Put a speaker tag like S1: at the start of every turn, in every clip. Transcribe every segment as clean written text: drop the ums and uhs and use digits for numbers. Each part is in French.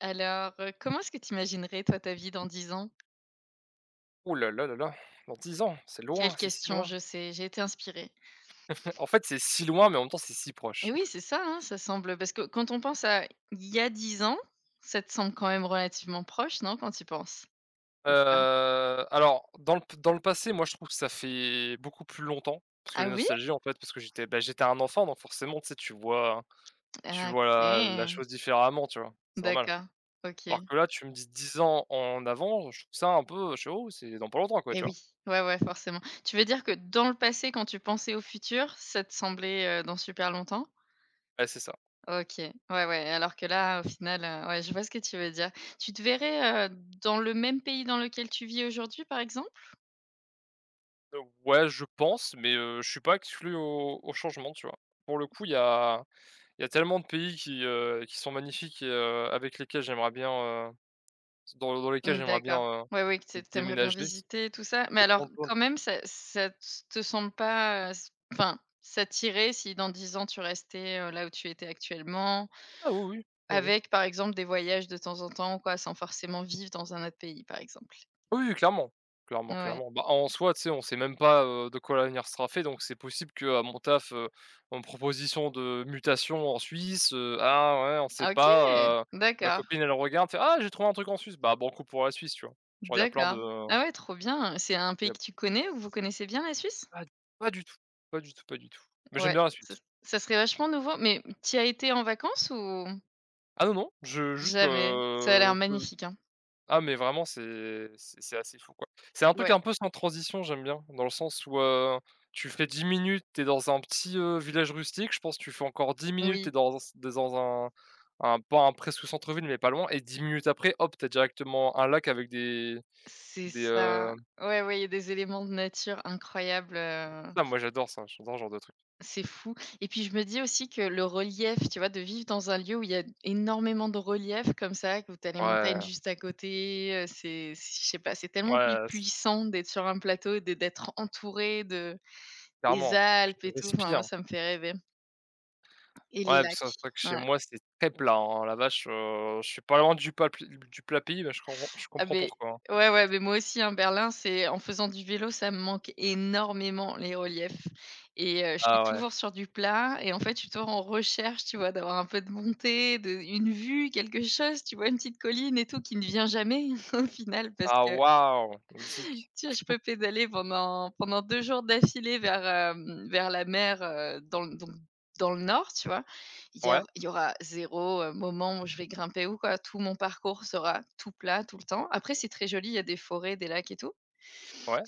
S1: Alors, comment est-ce que tu imaginerais, toi, ta vie dans 10 ans?
S2: Ouh là là là là, dans 10 ans, c'est loin,
S1: Quelle
S2: c'est si
S1: question,
S2: loin.
S1: je sais, j'ai été inspirée.
S2: En fait, c'est si loin, mais en même temps, c'est si proche.
S1: Et oui, c'est ça, hein, ça semble parce que quand on pense à il y a 10 ans, ça te semble quand même relativement proche, non, quand tu y penses?
S2: Heu,
S1: Ou pas?
S2: alors dans le p dans le passé, moi, je trouve que ça fait beaucoup plus longtemps, parce que
S1: Ah
S2: la
S1: oui?
S2: nostalgie, en fait, parce que j'étais, bah, j'étais un enfant, donc forcément, tu sais, tu vois
S1: Ah
S2: la
S1: OK,
S2: chose différemment, tu vois? C'est normal.
S1: d'accord,
S2: Alors
S1: OK.
S2: que là, tu me dis 10 ans en avant, je trouve ça un peu, je fais: «Oh, c'est dans pas longtemps, quoi»,
S1: Et
S2: tu vois?
S1: oui, ouais, ouais, forcément. Tu veux dire que dans le passé, quand tu pensais au futur, ça te semblait, dans super longtemps?
S2: Ouais, c'est ça.
S1: OK. Ouais, ouais, alors que là, au final, ouais, je vois ce que tu veux dire. Tu te verrais, dans le même pays dans lequel tu vis aujourd'hui, par exemple?
S2: Donc ouais, je pense, mais je suis pas exclu au changement, tu vois? Pour le coup, il y a tellement de pays qui sont magnifiques et avec lesquels j'aimerais bien, dans lesquels
S1: Mmh,
S2: j'aimerais bien,
S1: d'accord. Ouais, oui, que tu aimerais bien
S2: déménager.
S1: visiter tout ça. Mais
S2: C'est
S1: alors,
S2: plein, plein de
S1: quand
S2: trucs.
S1: même, ça s te semble pas, s enfin, ça t'irait si dans 10 ans tu restais, là où tu étais actuellement,
S2: Ah oui, oui, oui, oui.
S1: avec, par exemple, des voyages de temps en temps quoi, sans forcément vivre dans un autre pays, par exemple?
S2: Oui, oui, clairement, clairement,
S1: Ouais.
S2: clairement. Bah, en soi, tu sais, on sait même pas, de quoi l'avenir sera fait, donc c'est possible que à mon taf, on proposition de mutation en Suisse, ah ouais, on sait
S1: Ah OK!
S2: pas, ma
S1: D'accord,
S2: copine elle regarde, fait: «Ah j'ai trouvé un truc en Suisse», bah banco pour la Suisse, tu vois? Genre il y a plein de
S1: d'accord. Ah ouais, trop bien. C'est un
S2: il y
S1: pays
S2: a
S1: que tu connais ou vous connaissez bien, la Suisse?
S2: pas pas du tout, pas du tout, pas du tout. Mais j'aime
S1: Ouais,
S2: bien la
S1: ce
S2: Suisse.
S1: ça serait vachement nouveau, mais tu as été en vacances ou
S2: Ah non, non, je juste,
S1: jamais? Ça a l'air
S2: de
S1: magnifique, hein?
S2: ah mais vraiment c'est assez fou, quoi. C'est un truc
S1: Ouais,
S2: un peu sans transition, j'aime bien, dans le sens où, tu fais 10 minutes, t'es dans un petit, village rustique, je pense que tu fais encore 10 minutes, t'es
S1: oui,
S2: dans un presque centre-ville, mais pas loin et 10 minutes après, hop, tu directement un lac avec des
S1: c'est
S2: des, heu
S1: ça. Ouais, ouais, il y a des éléments de nature incroyables,
S2: Ah, moi j'adore ça, j'adore ce genre de truc.
S1: c'est fou et puis je me dis aussi que le relief, tu vois, de vivre dans un lieu où il y a énormément de relief comme ça, où tu as les montagnes
S2: Ouais,
S1: juste à côté, c'est je sais pas, c'est tellement plus
S2: ouais, c
S1: puissant d'être sur un plateau, et de d'être entouré de des
S2: clairement, tu
S1: Alpes et tout, enfin moi
S2: respires.
S1: ça me fait rêver et les
S2: Ouais, parce que c'est
S1: lacs.
S2: vrai que chez
S1: Ouais.
S2: moi, c'est très plat, hein. La vache, je suis pas loin du plat pays, mais je comprends je
S1: Ah
S2: comprends
S1: beh,
S2: pourquoi, hein.
S1: ouais, ouais, mais moi aussi, hein, Berlin, c'est en faisant du vélo, ça me manque énormément les reliefs et je suis
S2: Ah ouais.
S1: toujours sur du plat et en fait, je suis toujours en recherche, tu vois, d'avoir un peu de montée, de une vue, quelque chose, tu vois? Une petite colline et tout qui ne vient jamais au final parce
S2: Ah
S1: que
S2: waouh! Mythique.
S1: tu vois, je peux pédaler pendant 2 jours d'affilée vers la mer, dans le nord, tu vois? Il y a
S2: Ouais,
S1: il y aura zéro moment où je vais grimper ou quoi. Tout mon parcours sera tout plat tout le temps. Après, c'est très joli, il y a des forêts, des lacs et tout.
S2: ouais.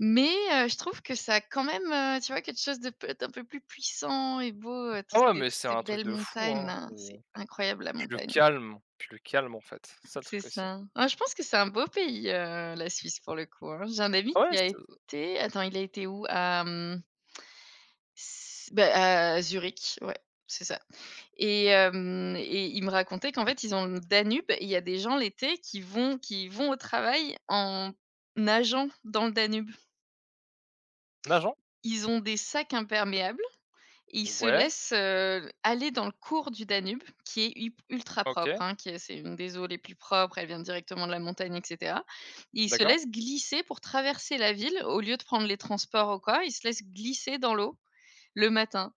S1: Mais, je trouve que ça a quand même, tu vois, quelque chose de peut-être un peu plus puissant et beau,
S2: Ah
S1: tous
S2: ouais,
S1: ces
S2: mais
S1: toutes
S2: c'est
S1: ces
S2: un truc
S1: belles
S2: de fou,
S1: montagnes
S2: hein.
S1: là. C'est
S2: C'est
S1: incroyable la montagne.
S2: puis le calme, en fait. C'est ça le
S1: C'est
S2: truc aussi.
S1: ça. Ah, je pense que c'est un beau pays, la Suisse pour le coup, hein. J'ai un ami
S2: Ah ouais,
S1: qui a
S2: c'est
S1: été, attends, il a été où? À, s bah, à Zurich, ouais, c'est ça et il me racontait qu'en fait, ils ont le Danube et il y a des gens l'été qui vont au travail en nageant dans le Danube.
S2: Nagent?
S1: Ils ont des sacs imperméables. Ils se
S2: Ouais,
S1: laissent, aller dans le cours du Danube qui est hup ultra
S2: OK,
S1: propre, hein, qui est c'est une des eaux les plus propres, elle vient directement de la montagne et cetera. Il se
S2: d'accord.
S1: laissent glisser pour traverser la ville, au lieu de prendre les transports ou quoi. Ils se laissent glisser dans l'eau le matin.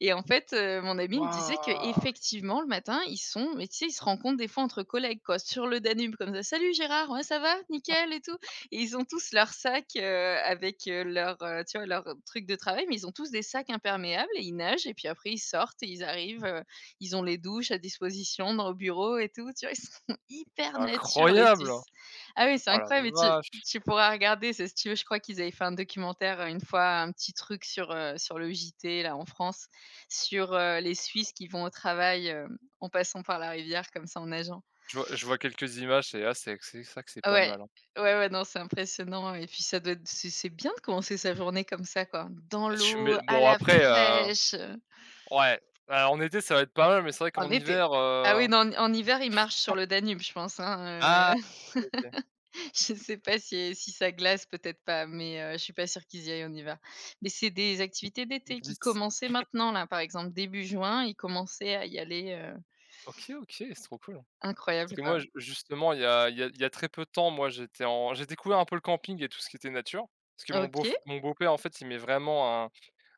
S1: Et en fait, mon ami me disait que
S2: Waouh!
S1: effectivement, le matin, ils sont mais tu sais, ils se rencontrent des fois entre collègues quoi, sur le Danube comme ça: «Salut Gérard, ouais ça va? Nickel et tout?» et ils ont tous leur sac, avec, leur, tu vois, leur truc de travail, mais ils ont tous des sacs imperméables et ils nagent et puis après ils sortent et ils arrivent, ils ont les douches à disposition dans le bureau et tout, tu vois? Ils sont hyper nature les
S2: Incroyable, hein!
S1: Suisses. Ah oui, c'est
S2: Oh la
S1: incroyable et tu
S2: vache!
S1: tu pourras regarder, C'est si tu veux, je crois qu'ils avaient fait un documentaire, une fois, un petit truc sur le JT là en France sur, les Suisses qui vont au travail, en passant par la rivière comme ça en nageant.
S2: Je vois quelques images, et ah, c'est ça que c'est
S1: Ah
S2: pas
S1: ouais,
S2: mal, hein.
S1: ouais, ouais, non, c'est impressionnant et puis ça doit être c'est bien de commencer sa journée comme ça quoi. Dans
S2: Ah, tu
S1: l'eau,
S2: mets
S1: à
S2: bon
S1: la
S2: après,
S1: fraîche,
S2: ouais, alors en été, ça va être pas mal, mais c'est vrai
S1: en
S2: qu'en
S1: été.
S2: hiver,
S1: Ah oui, non, en hiver, ils marchent sur le Danube, je pense, hein,
S2: ah!
S1: heu,
S2: OK, OK.
S1: je ne sais pas si ça glace, peut-être pas, mais je suis pas sûre qu'ils y aillent en hiver. Mais c'est des activités
S2: Il
S1: d'été qui
S2: glisse.
S1: commençaient maintenant là, par exemple début juin, ils commençaient à y aller,
S2: OK, OK, c'est trop cool. Parce
S1: incroyable
S2: que
S1: quoi.
S2: moi, ju justement, il y a très peu de temps, moi, j'ai découvert un peu le camping et tout ce qui était nature. Parce que
S1: OK.
S2: mon beau-père, en fait, il met vraiment un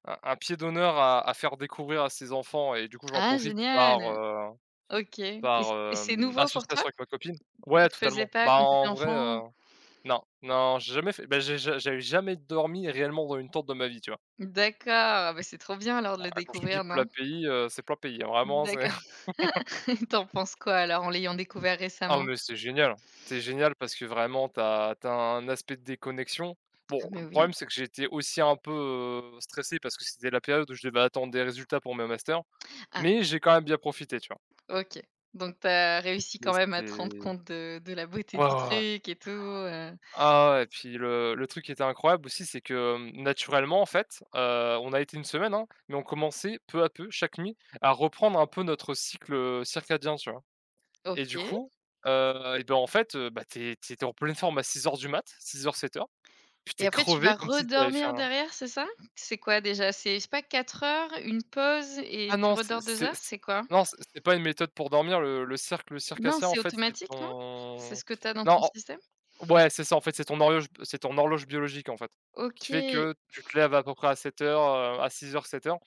S2: un un pied d'honneur à faire découvrir à ses enfants et du coup, j'en
S1: Ah
S2: profite par,
S1: génial!
S2: heu,
S1: OK et
S2: par,
S1: c'est
S2: hem,
S1: nouveau pour toi?
S2: association avec ma copine.
S1: Tu
S2: Ouais,
S1: le faisais
S2: totalement.
S1: pas
S2: Bah,
S1: quand tu étais
S2: en vrai,
S1: enfant?
S2: non, non, j'ai jamais fait bah, j'ai jamais dormi réellement dans une tente de ma vie, tu vois?
S1: D'accord, ah bah, c'est trop bien alors de le
S2: Ah, quand je te dis
S1: découvrir,
S2: plein
S1: non?
S2: pays, c'est plein pays, hein, vraiment, c'est
S1: D'accord T'en penses quoi alors en l'ayant découvert
S2: ah
S1: récemment?
S2: mais c'est génial. C'est génial parce que vraiment tu as un aspect de déconnexion.
S1: Ah
S2: Bon, le
S1: mais oui.
S2: problème c'est que j'étais aussi un peu, stressé parce que c'était la période où je devais attendre des résultats pour mes masters,
S1: Ah
S2: mais j'ai quand même bien profité, tu vois?
S1: OK. Donc tu as réussi
S2: Mais
S1: quand même à te rendre
S2: c'était
S1: compte de la beauté
S2: Ouais,
S1: du
S2: ouais, ouais.
S1: truc et tout,
S2: Ah ouais, et puis le truc qui était incroyable aussi, c'est que, naturellement en fait, on a été une semaine, hein, mais on commençait peu à peu, chaque nuit, à reprendre un peu notre cycle, circadien, tu vois? Et du
S1: OK
S2: coup, et ben en fait, bah, tu en pleine forme à six heures du mat, six heures sept heures. Puis tu
S1: et
S2: es
S1: après tu
S2: crevé
S1: vas
S2: comme si tu avais fait
S1: redormir
S2: un
S1: derrière, c'est ça? C'est quoi déjà? C'est je sais pas 4 heures, une pause
S2: ah
S1: et tu
S2: non,
S1: redors 2
S2: c'est
S1: heures,
S2: c
S1: c'est quoi?
S2: non, c'est pas une méthode pour dormir le cercle
S1: Non,
S2: circassien en
S1: c'est
S2: fait, c'est
S1: automatique, non?
S2: ton
S1: C'est ce que tu as dans
S2: non,
S1: ton
S2: en
S1: système?
S2: ouais, c'est ça en fait, c'est ton horloge biologique en fait, qui fait
S1: OK.
S2: que tu te lèves à peu près à 07:00, à six heures sept heures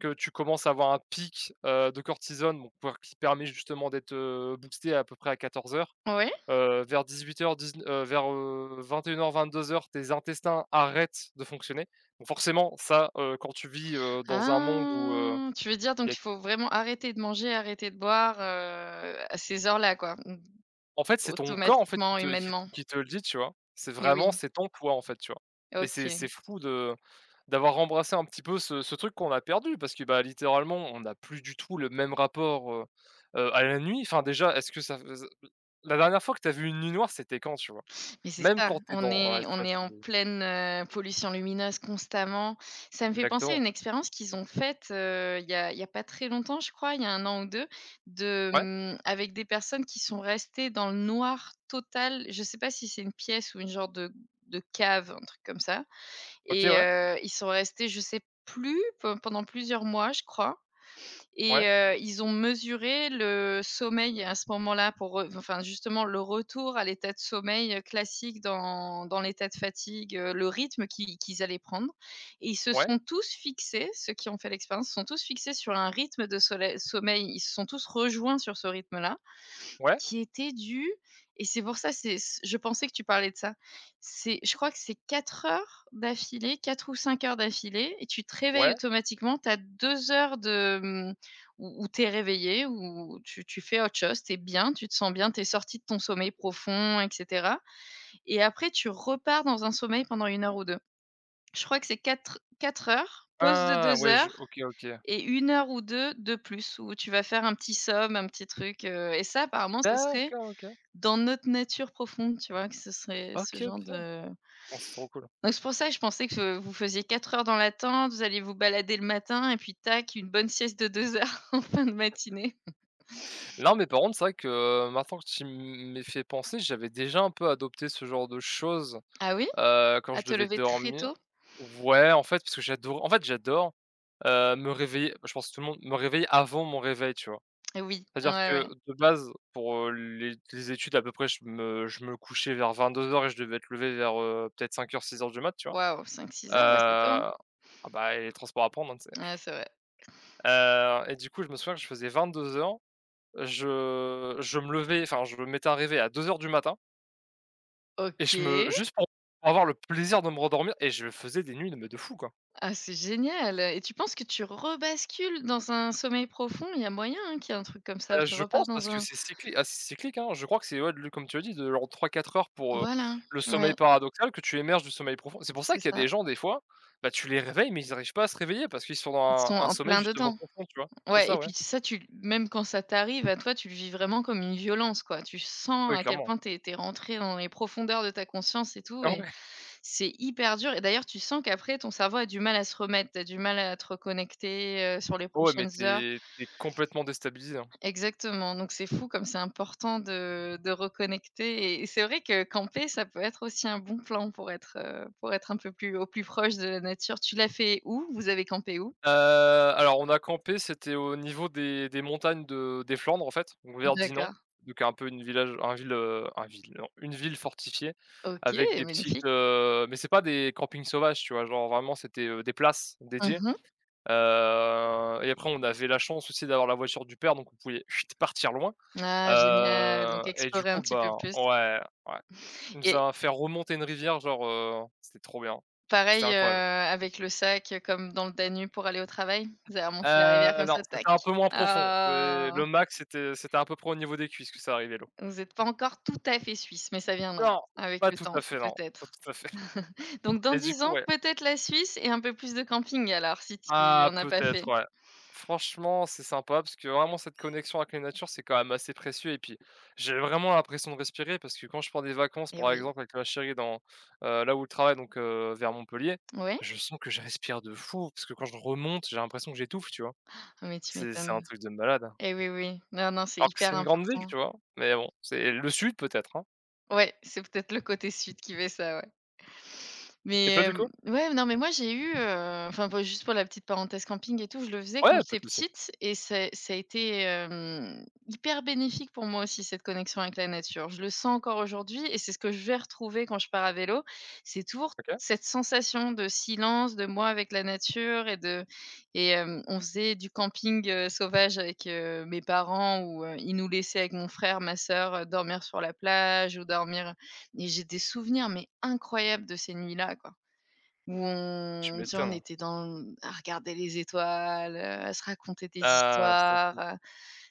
S2: que tu commences à avoir un pic, de cortisone, donc pour qui permet justement d'être, boosté à peu près à quatorze heures.
S1: Ouais?
S2: Vers 18:00, dix vers, 2100 heures, vingt-deux heures, tes intestins arrêtent de fonctionner. Donc forcément, ça, quand tu vis, dans un monde où,
S1: Ah! Tu veux dire
S2: y
S1: donc
S2: a
S1: il faut vraiment arrêter de manger, arrêter de boire, à ces heures-là quoi? Mmh,
S2: en fait, c'est ton corps, en fait, qui
S1: automatiquement,
S2: te qui
S1: humainement?
S2: qui te le dit, tu vois? C'est
S1: Et oui,
S2: vraiment c'est ton poids en fait, tu vois? Et c'est
S1: OK.
S2: fou de d'avoir embrassé un petit peu ce truc qu'on a perdu parce que, bah, littéralement, on n'a plus du tout le même rapport, à la nuit. Enfin, déjà, est-ce que ça fais la dernière fois que tu as vu une nuit noire, c'était quand, tu vois?
S1: Mais c'est
S2: Même
S1: ça,
S2: quand t'es
S1: on
S2: dans, ouais,
S1: est
S2: tu
S1: on
S2: vois,
S1: est
S2: c'est
S1: en pleine, pollution lumineuse constamment. Ça me fait penser à
S2: exactement.
S1: une expérience qu'ils ont faite, il y a pas très longtemps je crois, il y a un an ou 2,
S2: Ouais,
S1: avec des personnes qui sont restées dans le noir total. Je sais pas si c'est une pièce ou une genre de cave, un truc comme ça.
S2: OK,
S1: Et
S2: ouais.
S1: ils sont restés, je sais plus, pe pendant plusieurs mois, je crois et
S2: Ouais,
S1: ils ont mesuré le sommeil à ce moment-là pour re enfin, justement, le retour à l'état de sommeil, classique dans l'état de fatigue, le rythme qui qu'ils allaient prendre et ils se
S2: ouais,
S1: sont tous fixés, ceux qui ont fait l'expérience, se sont tous fixés sur un rythme de solei sommeil. Ils se sont tous rejoints sur ce rythme-là
S2: ouais,
S1: qui était due et c'est pour ça, c'est c je pensais que tu parlais de ça. C'est je crois que c'est 4 heures d'affilée, 4 ou 5 heures d'affilée et tu te réveilles
S2: ouais.
S1: automatiquement. Tu as 2 heures où tu es réveillé, où tu fais autre chose, tu es bien, tu te sens bien, tu es sorti de ton sommeil profond et cetera et après tu repars dans un sommeil pendant une heure ou deux. Je crois que c'est quatre heures, pause de
S2: Ah
S1: 2
S2: ouais, je
S1: heures
S2: OK, OK.
S1: et une heure ou 2 de plus où tu vas faire un petit somme, un petit truc, et ça apparemment, ça serait
S2: D'accord, OK.
S1: dans notre nature profonde, tu vois? Que ce serait ce
S2: OK,
S1: genre
S2: OK.
S1: de,
S2: Bon, c'est trop cool.
S1: donc c'est pour ça, que je pensais que vous faisiez 4 heures dans la tente, vous alliez vous balader le matin et puis tac, une bonne sieste de 2 heures en fin de matinée.
S2: Non, mais par contre, c'est vrai que maintenant que tu m'y fait penser, j'avais déjà un peu adopté ce genre de choses,
S1: Ah oui?
S2: quand
S1: À
S2: je
S1: te
S2: devais
S1: lever très
S2: dormir.
S1: tôt?
S2: Ouais, en fait, parce que j'adore en fait, j'adore, me réveiller je pense que tout le monde me réveille avant mon réveil, tu vois?
S1: Eh oui, ouais,
S2: C'est-à-dire que
S1: ouais.
S2: de base, pour, les études à peu près, je me couchais vers vingt-deux heures et je devais être levé vers, peut-être cinq heures, six heures du mat, tu vois?
S1: Waouh, cinq
S2: Heu,
S1: six heures, ouais, c'est tôt, hein?
S2: ah bah et les transports à prendre, hein, tu sais?
S1: Ouais, c'est vrai.
S2: Et du coup, je me souviens que je faisais vingt deux heures, je me levais, enfin, je me mettais un réveil à deux heures du matin et je me
S1: OK.
S2: juste pour avoir le plaisir de me redormir et je faisais des nuits de mais de fou, quoi.
S1: Ah, c'est génial et tu penses que tu rebascules dans un sommeil profond? Il y a moyen, hein, qu'il y ait un truc comme ça, où tu
S2: Je
S1: repars
S2: pense parce
S1: dans
S2: que
S1: un,
S2: c'est cyclique, ah, c'est cyclique, hein. Je crois que c'est, ouais, le comme tu as dit, de genre trois quatre heures pour,
S1: voilà,
S2: le
S1: ouais,
S2: sommeil paradoxal que tu émerges du sommeil profond. C'est pour ça
S1: c'est
S2: qu'il y a
S1: ça.
S2: des gens, des fois, bah, tu les réveilles, mais ils arrivent pas à se réveiller parce qu'ils sont dans
S1: Ils
S2: un
S1: sont
S2: un
S1: en
S2: sommeil
S1: plein
S2: justement
S1: dedans.
S2: profond, tu vois? C'est
S1: Ouais et
S2: ça, ouais.
S1: puis ça, tu même quand ça t'arrive à toi, tu le vis vraiment comme une violence, quoi. Tu sens
S2: Oui,
S1: à quel
S2: clairement.
S1: point t'es es rentré dans les profondeurs de ta conscience et tout
S2: Ah
S1: et
S2: ouais.
S1: c'est hyper dur et d'ailleurs, tu sens qu'après ton cerveau a du mal à se remettre, tu du mal à te reconnecter, sur les
S2: Ouais, mais
S1: prochaines heures.
S2: t'es es complètement déstabilisé, hein.
S1: Exactement, donc c'est fou comme c'est important de reconnecter et c'est vrai que camper, ça peut être aussi un bon plan pour être un peu plus au plus proche de la nature. Tu l'as fait où? Vous avez campé où?
S2: Heu, alors on a campé, c'était au niveau des montagnes de des Flandres, en fait, donc vers Dinan,
S1: D'accord.
S2: donc un peu une village un ville, non, une ville fortifiée avec
S1: OK,
S2: des petites,
S1: magnifique.
S2: mais c'est pas des campings sauvages, tu vois? Genre vraiment c'était, des places dédiées,
S1: Mmh.
S2: heu et après on avait la chance aussi d'avoir la voiture du père, donc on pouvait partir loin,
S1: Ah génial, donc
S2: et du
S1: explorer un
S2: coup,
S1: petit peu
S2: ben
S1: plus
S2: ouais, ouais, il nous
S1: et
S2: a fait remonter une rivière genre, c'était trop bien, c'était
S1: pareil,
S2: incroyable.
S1: avec le sac, comme dans le Danube pour aller au travail? Vous avez remonté la rivière
S2: Heu,
S1: comme
S2: non,
S1: ça, tac.
S2: c'était un peu moins profond,
S1: Ah!
S2: le max c'était à peu près au niveau des cuisses que ça arrivait l'eau.
S1: Vous êtes pas encore tout à fait suisse, mais ça viendra
S2: Non,
S1: avec
S2: pas
S1: le
S2: tout à
S1: temps,
S2: fait, non, pas
S1: peut-être.
S2: tout à fait.
S1: Donc dans
S2: Et du
S1: 10
S2: coup,
S1: ans,
S2: ouais.
S1: peut-être la Suisse et un peu plus de camping alors si tu
S2: Ah
S1: en as pas fait?
S2: peut-être, ouais. Franchement, c'est sympa parce que vraiment cette connexion avec la nature, c'est quand même assez précieux et puis j'ai vraiment l'impression de respirer parce que quand je prends des vacances,
S1: Eh
S2: par
S1: oui.
S2: exemple, avec ma chérie dans, là où je travaille donc vers Montpellier,
S1: Ouais?
S2: je sens que je respire de fou parce que quand je remonte, j'ai l'impression que j'étouffe, tu vois?
S1: Ah mais tu
S2: C'est un
S1: m'étonnes.
S2: truc de malade,
S1: Eh oui, oui. Non, non, c'est
S2: alors que c'est
S1: hyper
S2: une grande ville,
S1: important.
S2: tu vois? Mais bon, c'est le sud peut-être, hein.
S1: Ouais, c'est peut-être le côté sud qui fait ça, ouais.
S2: Et toi,
S1: Mais,
S2: du coup?
S1: ouais, non, mais moi j'ai eu, enfin, bah, juste pour la petite parenthèse camping et tout, je le faisais quand
S2: Ouais, pas de
S1: j'étais
S2: souci.
S1: petite et ça a été, hyper bénéfique pour moi aussi cette connexion avec la nature. Je le sens encore aujourd'hui et c'est ce que je vais retrouver quand je pars à vélo. C'est toujours
S2: OK.
S1: cette sensation de silence, de moi avec la nature et de et on faisait du camping, sauvage avec, mes parents où, ils nous laissaient avec mon frère, ma sœur, dormir sur la plage ou dormir et j'ai des souvenirs, mais incroyables de ces nuits-là, quoi. Où
S2: Tu
S1: on tu vois,
S2: m'étonnes,
S1: on
S2: hein.
S1: était dans l à regarder les étoiles, à se raconter des
S2: Ah, c'est trop
S1: histoires,
S2: cool.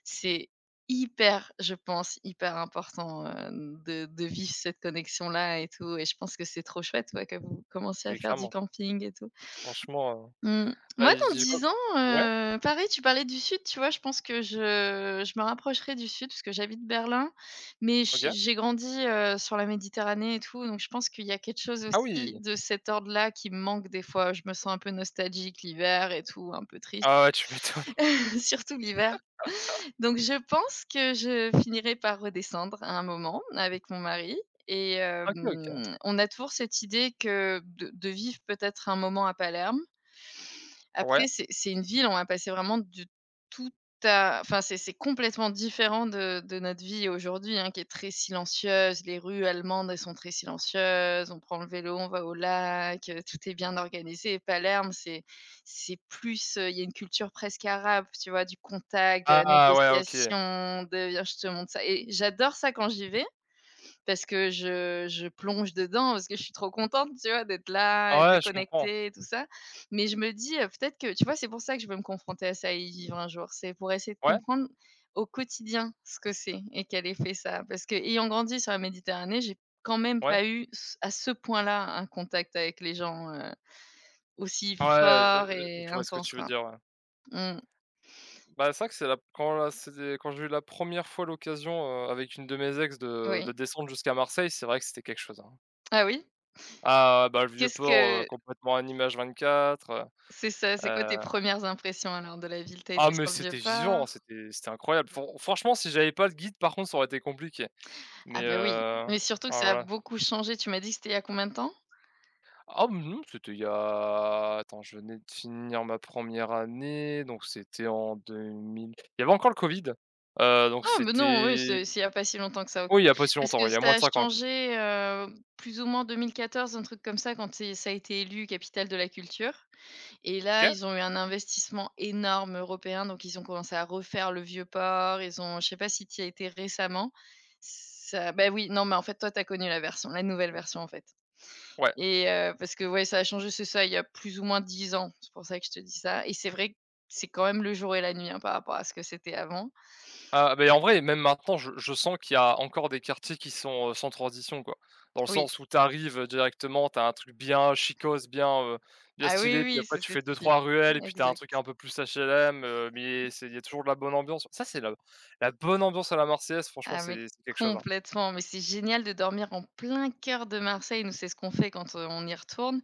S1: C'est hyper, je pense, hyper important, de vivre cette connexion-là et tout et je pense que c'est trop chouette, ouais, que vous commenciez à
S2: Mais
S1: faire du
S2: clairement,
S1: camping et tout.
S2: franchement,
S1: Mmh. Moi,
S2: bah,
S1: dans
S2: j co
S1: 10 ans,
S2: ouais,
S1: pareil, tu parlais du sud, tu vois? Je pense que je me rapprocherai du sud parce que j'habite Berlin, mais j
S2: OK.
S1: j'ai grandi, sur la Méditerranée et tout, donc je pense qu'il y a quelque chose
S2: Ah
S1: aussi
S2: oui!
S1: de cet ordre-là qui me manque des fois. Je me sens un peu nostalgique l'hiver et tout, un peu triste,
S2: Ah ouais, tu m'étonnes.
S1: surtout l'hiver. Donc je pense que je finirai par redescendre à un moment avec mon mari et
S2: OK, OK.
S1: on a toujours cette idée que de vivre peut-être un moment à Palerme
S2: Ouais.
S1: après, c'est une ville, on va passer vraiment de tout à enfin, c'est complètement différent de notre vie aujourd'hui, hein, qui est très silencieuse. Les rues allemandes, elles sont très silencieuses. On prend le vélo, on va au lac, tout est bien organisé. Et Palerme, c'est plus, il y a une culture presque arabe, tu vois? Du contact, de la
S2: Ah ouais, OK.
S1: négociation, de: «Viens, je te montre ça» et j'adore ça quand j'y vais, parce que je plonge dedans, parce que je suis trop contente, tu vois, d'être là et
S2: Ah ouais, je comprends.
S1: déconnectée et tout ça. Mais je me dis, peut-être que tu vois, c'est pour ça que je veux me confronter à ça et y vivre un jour. C'est pour essayer de
S2: Ouais,
S1: comprendre au quotidien ce que c'est et quel effet ça a. Parce que, ayant grandi sur la Méditerranée, j'ai quand même
S2: ouais.
S1: pas eu ce à ce point-là un contact avec les gens, aussi
S2: Ouais,
S1: fort
S2: heu
S1: et
S2: je vois ce que
S1: intense,
S2: tu veux
S1: quoi.
S2: dire, ouais.
S1: Mmh,
S2: Bah, c'est vrai que c'est la quand la c'est quand j'ai eu la première fois l'occasion, avec une de mes ex de
S1: oui.
S2: descendre jusqu'à Marseille, c'est vrai que c'était quelque chose, hein.
S1: Ah oui?
S2: Ah, bah, le
S1: Qu'est-ce
S2: Vieux-Port,
S1: que
S2: complètement à en image 24,
S1: c'est ça, c'est quoi tes
S2: heu
S1: premières impressions alors de la ville? T'as
S2: ah
S1: été
S2: mais
S1: sur le
S2: c'était vivant,
S1: Vieux-Port?
S2: hein, c'était incroyable. Franchement, si j'avais pas le guide, par contre, ça aurait été compliqué.
S1: Ah
S2: Mais,
S1: bah, oui, mais surtout
S2: oh
S1: que
S2: là
S1: ça a
S2: là.
S1: beaucoup changé. Tu m'as dit que c'était il y a combien de temps?
S2: Ah mais non, c'était il y a attends, je venais de finir ma première année, donc c'était en 2000. Il y avait encore le covid, donc
S1: Ah mais non, oui,
S2: c'était
S1: c'est il y a pas si longtemps que ça, OK.
S2: oui, il y a pas si
S1: Parce
S2: longtemps,
S1: que
S2: ouais, il y a moins
S1: ça
S2: de
S1: a
S2: 5 ans, quoi.
S1: changé, plus ou moins 2014, un truc comme ça, quand c'est ça a été élu capitale de la culture et là,
S2: OK.
S1: ils ont eu un investissement énorme européen, donc ils ont commencé à refaire le vieux port, ils ont je sais pas si tu y as été récemment? Ça bah, oui, non, mais en fait, toi, tu as connu la version la nouvelle version, en fait.
S2: Ouais.
S1: Et parce que ouais, ça a changé, c'est ça, il y a plus ou moins 10 ans. C'est pour ça que je te dis ça et c'est vrai que c'est quand même le jour et la nuit, hein, par rapport à ce que c'était avant.
S2: Ah, beh, en vrai, même maintenant, je sens qu'il y a encore des quartiers qui sont, sans transition, quoi. Dans le
S1: Oui.
S2: sens où tu arrives, directement, tu as un truc bien chicose, bien, bien
S1: Ah oui,
S2: stylé, puis
S1: oui,
S2: après
S1: ça
S2: tu
S1: c'est
S2: fais deux
S1: typique.
S2: trois ruelles et puis tu as un truc
S1: Exact.
S2: un peu plus HLM, mais c'est il y a toujours de la bonne ambiance. Ça, c'est la bonne ambiance à la marseillaise, franchement,
S1: Ah mais
S2: c'est quelque chose, hein.
S1: complètement, mais c'est génial de dormir en plein cœur de Marseille. Nous, c'est ce qu'on fait quand, on y retourne.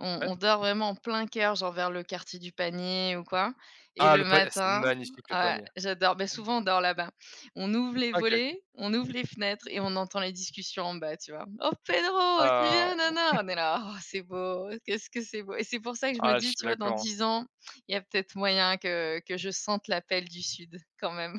S1: On
S2: Ouais?
S1: on dort vraiment en plein cœur, genre vers le quartier du Panier ou quoi et
S2: Ah, le
S1: le
S2: pa ah, c'est
S1: matin
S2: magnifique le
S1: ouais,
S2: panier.
S1: j'adore. Beh, souvent, on dort là-bas. On ouvre les
S2: OK, OK.
S1: volets, on ouvre les fenêtres et on entend les discussions en bas, tu vois? «Oh Pedro, tu
S2: Ah,
S1: viens? Nana». On est là: «Oh c'est beau, qu'est-ce que c'est beau» et c'est pour ça que je me
S2: ah, je
S1: dis,
S2: suis
S1: tu vois, dans
S2: d'accord, hein.
S1: 10 ans, il y a peut-être moyen que je sente l'appel du sud quand même.